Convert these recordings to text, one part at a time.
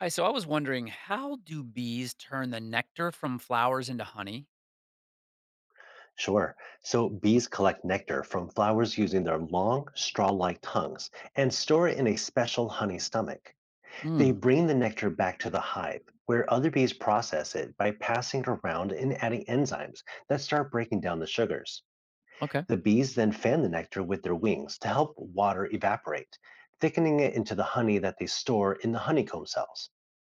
Hi, so I was wondering, how do bees turn the nectar from flowers into honey? Sure. So bees collect nectar from flowers using their long, straw-like tongues and store it in a special honey stomach. They Mm, bring the nectar back to the hive, where other bees process it by passing it around and adding enzymes that start breaking down the sugars. okay, The bees then fan the nectar with their wings to help water evaporate, thickening it into the honey that they store in the honeycomb cells.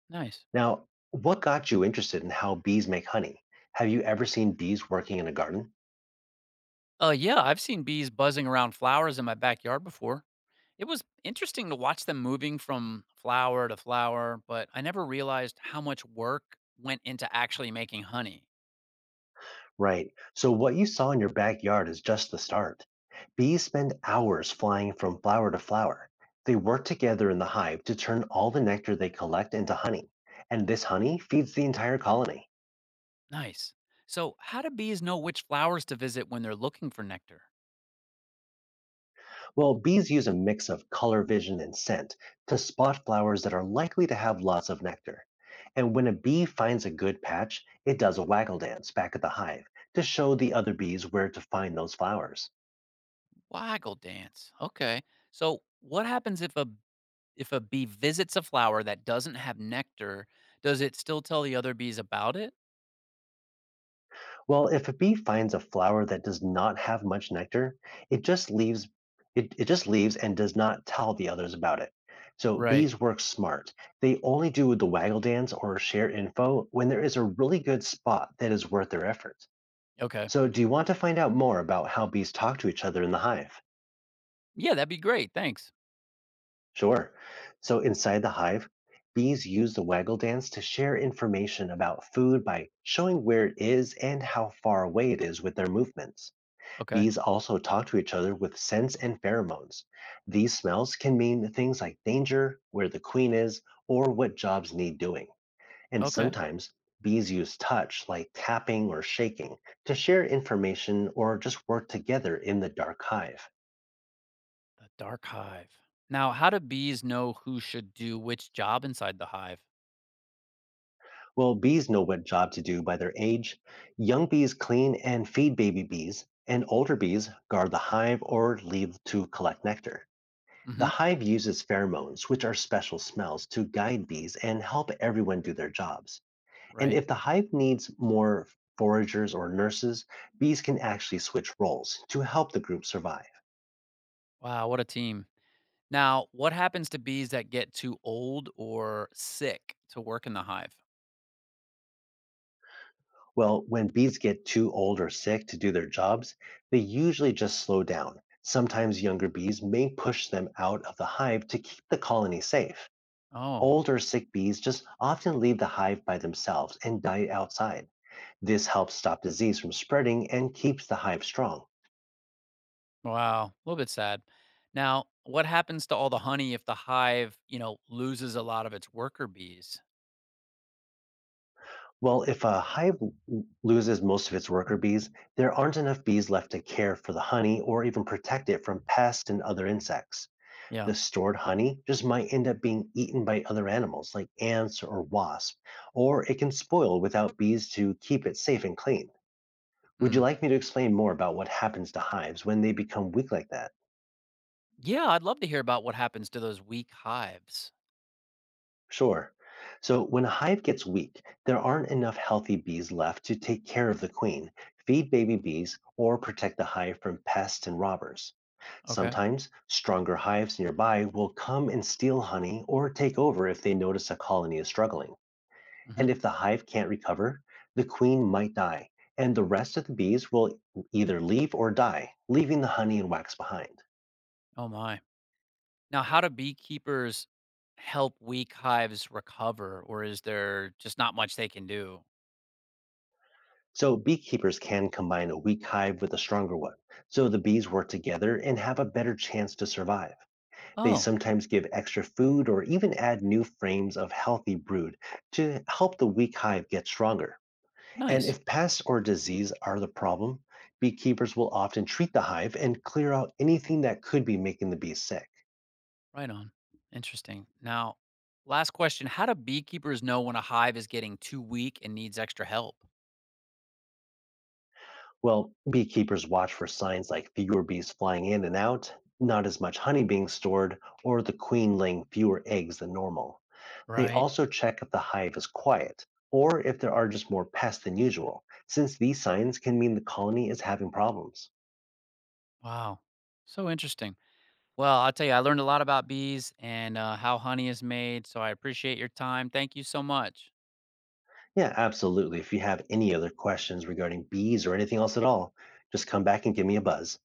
nice. Now, what got you interested in how bees make honey? Have you ever seen bees working in a garden? Yeah, I've seen bees buzzing around flowers in my backyard before. It was interesting to watch them moving from flower to flower, but I never realized how much work went into actually making honey. Right. So what you saw in your backyard is just the start. Bees spend hours flying from flower to flower. They work together in the hive to turn all the nectar they collect into honey, and this honey feeds the entire colony. Nice. So, how do bees know which flowers to visit when they're looking for nectar? Well, bees use a mix of color vision and scent to spot flowers that are likely to have lots of nectar. And when a bee finds a good patch, it does a waggle dance back at the hive to show the other bees where to find those flowers. Waggle dance. Okay. So, what happens if a bee visits a flower that doesn't have nectar, does it still tell the other bees about it? Well, if a bee finds a flower that does not have much nectar, it just leaves it just leaves and does not tell the others about it. So Right. bees work smart. They only do the waggle dance or share info when there is a really good spot that is worth their efforts. Okay. So do you want to find out more about how bees talk to each other in the hive? Yeah, that'd be great. Thanks. Sure. So inside the hive, bees use the waggle dance to share information about food by showing where it is and how far away it is with their movements. Okay. Bees also talk to each other with scents and pheromones. These smells can mean things like danger, where the queen is, or what jobs need doing. And Okay. sometimes bees use touch, like tapping or shaking, to share information or just work together in the dark hive. The dark hive. Now, how do bees know who should do which job inside the hive? Well, bees know what job to do by their age. Young bees clean and feed baby bees, and older bees guard the hive or leave to collect nectar. The Hmm. hive uses pheromones, which are special smells, to guide bees and help everyone do their jobs. And Right. if the hive needs more foragers or nurses, bees can actually switch roles to help the group survive. Wow, what a team. Now, what happens to bees that get too old or sick to work in the hive? Well, when bees get too old or sick to do their jobs, they usually just slow down. Sometimes younger bees may push them out of the hive to keep the colony safe. Oh, Old or sick bees just often leave the hive by themselves and die outside. This helps stop disease from spreading and keeps the hive strong. wow. A little bit sad. Now, what happens to all the honey if the hive, you know, loses a lot of its worker bees? Well, if a loses most of its worker bees, there aren't enough bees left to care for the honey or even protect it from pests and other insects. Yeah. The stored honey just might end up being eaten by other animals like ants or wasps, or it can spoil without bees to keep it safe and clean. Would you Mm. like me to explain more about what happens to hives when they become weak like that? Yeah, I'd love to hear about what happens to those weak hives. Sure. So when a hive gets weak, there aren't enough healthy bees left to take care of the queen, feed baby bees, or protect the hive from pests and robbers. Okay. Sometimes stronger hives nearby will come and steal honey or take over if they notice a colony is struggling. And Hmm. if the hive can't recover, the queen might die, and the rest of the bees will either leave or die, leaving the honey and wax behind. Oh my. Now, how do beekeepers help weak hives recover, or is there just not much they can do? So beekeepers can combine a weak hive with a stronger one, so the bees work together and have a better chance to survive. They Oh, sometimes give extra food or even add new frames of healthy brood to help the weak hive get stronger. And nice. if pests or disease are the problem, beekeepers will often treat the hive and clear out anything that could be making the bees sick. Right on. Interesting. Now, last question: how do beekeepers know when a hive is getting too weak and needs extra help? Well, beekeepers watch for signs like fewer bees flying in and out, not as much honey being stored, or the queen laying fewer eggs than normal. They Right. also check if the hive is quiet or if there are just more pests than usual, since these signs can mean the colony is having problems. Wow. So interesting. Well, I'll tell you, I learned a lot about bees and how honey is made. So I appreciate your time. Thank you so much. Yeah, absolutely. If you have any other questions regarding bees or anything else at all, just come back and give me a buzz.